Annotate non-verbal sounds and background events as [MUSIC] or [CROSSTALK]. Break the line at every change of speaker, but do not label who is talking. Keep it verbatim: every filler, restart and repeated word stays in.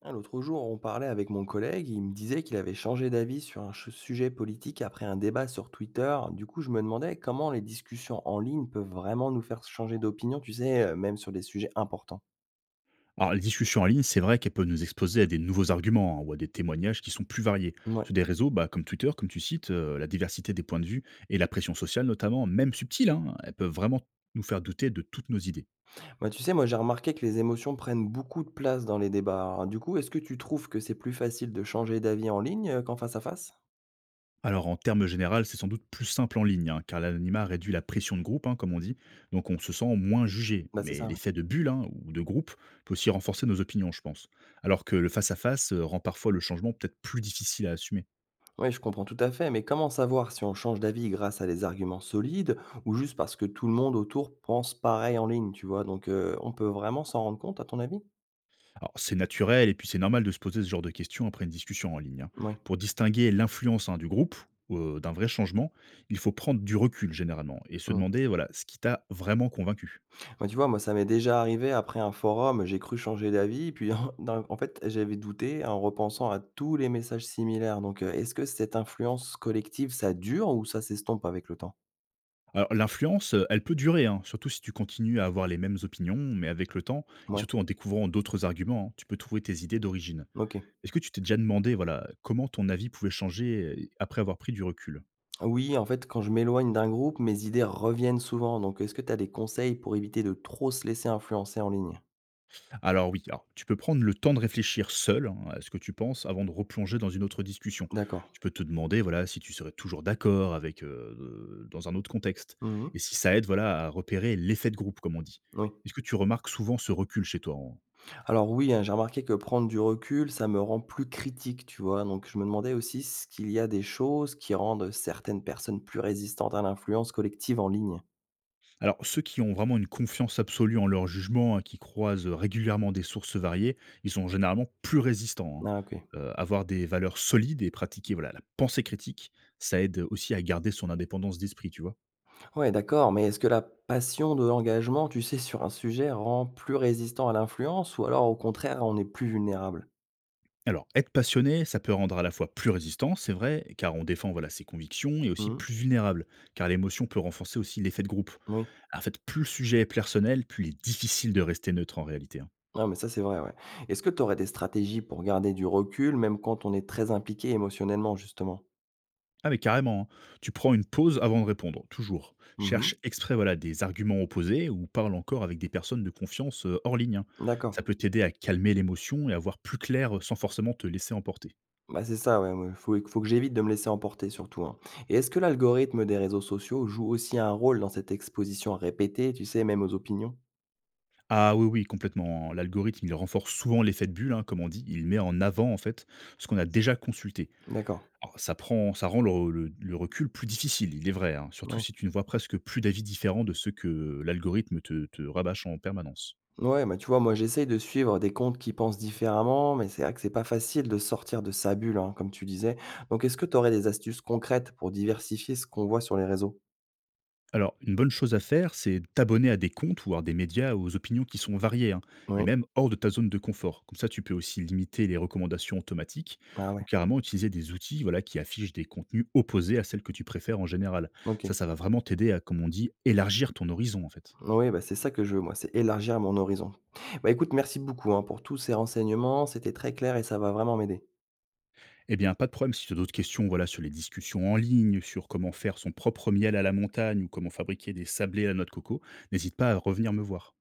Ah, l'autre jour, on parlait avec mon collègue, il me disait qu'il avait changé d'avis sur un ch- sujet politique après un débat sur Twitter. Du coup, je me demandais comment les discussions en ligne peuvent vraiment nous faire changer d'opinion, tu sais, euh, même sur des sujets importants.
Alors, les discussions en ligne, c'est vrai qu'elle peut nous exposer à des nouveaux arguments hein, ou à des témoignages qui sont plus variés.
Ouais.
Sur des réseaux bah, comme Twitter, comme tu cites, euh, la diversité des points de vue et la pression sociale, notamment, même subtile, hein, elles peuvent vraiment nous faire douter de toutes nos idées.
Moi, tu sais, moi j'ai remarqué que les émotions prennent beaucoup de place dans les débats. Du coup, est-ce que tu trouves que c'est plus facile de changer d'avis en ligne euh, qu'en face à face?
Alors, en termes généraux, c'est sans doute plus simple en ligne, hein, car l'anonymat réduit la pression de groupe, hein, comme on dit, donc on se sent moins jugé.
Bah c'est
Mais
ça, ouais.
l'effet de bulle hein, ou de groupe peut aussi renforcer nos opinions, je pense. Alors que le face-à-face euh, rend parfois le changement peut-être plus difficile à assumer.
Oui, je comprends tout à fait, mais comment savoir si on change d'avis grâce à des arguments solides ou juste parce que tout le monde autour pense pareil en ligne, tu vois? Donc, heu, on peut vraiment s'en rendre compte, à ton avis?
Alors, c'est naturel et puis c'est normal de se poser ce genre de questions après une discussion en ligne, hein.
Oui.
Pour distinguer l'influence hein, du groupe euh, d'un vrai changement, il faut prendre du recul généralement et se
Mmh.
demander voilà ce qui t'a vraiment convaincu.
Bah, tu vois, moi, ça m'est déjà arrivé après un forum, j'ai cru changer d'avis, puis [LAUGHS] en d'un en fait, j'avais douté en repensant à tous les messages similaires. Donc, heu, est-ce que cette influence collective, ça dure ou ça s'estompe avec le temps?
Alors l'influence, euh, elle peut durer, hein, surtout si tu continues à avoir les mêmes opinions, mais avec le temps et
Ouais,
surtout en découvrant d'autres arguments, hein, tu peux trouver tes idées d'origine.
OK.
Est-ce que tu t'es déjà demandé voilà comment ton avis pouvait changer euh, après avoir pris du recul?
Oui, en fait, quand je m'éloigne d'un groupe, mes idées reviennent souvent. Donc, est-ce que tu as des conseils pour éviter de trop se laisser influencer en ligne?
Alors oui, alors, tu peux prendre le temps de réfléchir seul hein, à ce que tu penses avant de replonger dans une autre discussion.
D'accord.
Tu peux te demander voilà si tu serais toujours d'accord avec euh, euh, dans un autre contexte et
Mmh.
si ça aide voilà à repérer l'effet de groupe comme on dit.
Oui.
Est-ce que tu remarques souvent ce recul chez toi en-
Alors oui, hein, j'ai remarqué que prendre du recul, ça me rend plus critique, tu vois? Donc je me demandais aussi s qu'il y a des choses qui rendent certaines personnes plus résistantes à l'influence collective en ligne?
Alors ceux qui ont vraiment une confiance absolue en leur jugement, hein, qui croisent régulièrement des sources variées, ils sont généralement plus résistants, hein.
Ah, OK.
Euh, avoir des valeurs solides et pratiquer voilà la pensée critique, ça aide aussi à garder son indépendance d'esprit, tu vois.
Ouais, d'accord, mais est-ce que la passion de l'engagement, tu sais, sur un sujet rend plus résistant à l'influence ou alors au contraire, on est plus vulnérable?
Alors, être passionné, ça peut rendre à la fois plus résistant, c'est vrai, car on défend voilà, ses convictions, et aussi
Mmh.
plus vulnérable, car l'émotion peut renforcer aussi l'effet de groupe.
Oui.
En fait, plus le sujet est personnel, plus il est difficile de rester neutre en réalité, hein.
Ah mais ça, c'est vrai, ouais. Est-ce que tu aurais des stratégies pour garder du recul, même quand on est très impliqué émotionnellement, justement?
Ah mais carrément, hein. Tu prends une pause avant de répondre, toujours.
Mmh.
Cherche exprès voilà, des arguments opposés ou parle encore avec des personnes de confiance euh, hors ligne, hein.
D'accord.
Ça peut t'aider à calmer l'émotion et à voir plus clair euh, sans forcément te laisser emporter.
Bah, c'est ça, ouais, il faut faut que j'évite de me laisser emporter surtout, hein. Et est-ce que l'algorithme des réseaux sociaux joue aussi un rôle dans cette exposition répétée, tu sais, même aux opinions?
Ah oui, oui, complètement, hein. L'algorithme, il renforce souvent l'effet de bulle, hein, comme on dit. Il met en avant, en fait, ce qu'on a déjà consulté.
D'accord,
Alors, ça, prend, ça rend le, le- le recul plus difficile, il est vrai, hein, surtout
ouais.
si tu ne vois presque plus d'avis différents de ceux que l'algorithme te te rabâche en permanence.
Ouais, bah, tu vois, moi, j'essaye de suivre des comptes qui pensent différemment, mais c'est vrai que c'est pas facile de sortir de sa bulle, hein, comme tu disais. Donc, est-ce que tu aurais des astuces concrètes pour diversifier ce qu'on voit sur les réseaux?
Alors, une bonne chose à faire, c'est t'abonner à des comptes ou à des médias aux opinions qui sont variées, hein, et
Oui.
même hors de ta zone de confort. Comme ça, tu peux aussi limiter les recommandations automatiques
Ah
ou
ouais,
carrément utiliser des outils voilà, qui affichent des contenus opposés à celles que tu préfères en général. Ça,
OK.
ça va vraiment t'aider à, comme on dit, élargir ton horizon, en fait.
Oui, bah, c'est ça que je veux, moi, c'est élargir mon horizon. Bah, écoute, merci beaucoup, hein, pour tous ces renseignements, c'était très clair et ça va vraiment m'aider.
Eh bien, pas de problème si tu as d'autres questions voilà, sur les discussions en ligne, sur comment faire son propre miel à la montagne ou comment fabriquer des sablés à la noix de coco, n'hésite pas à revenir me voir.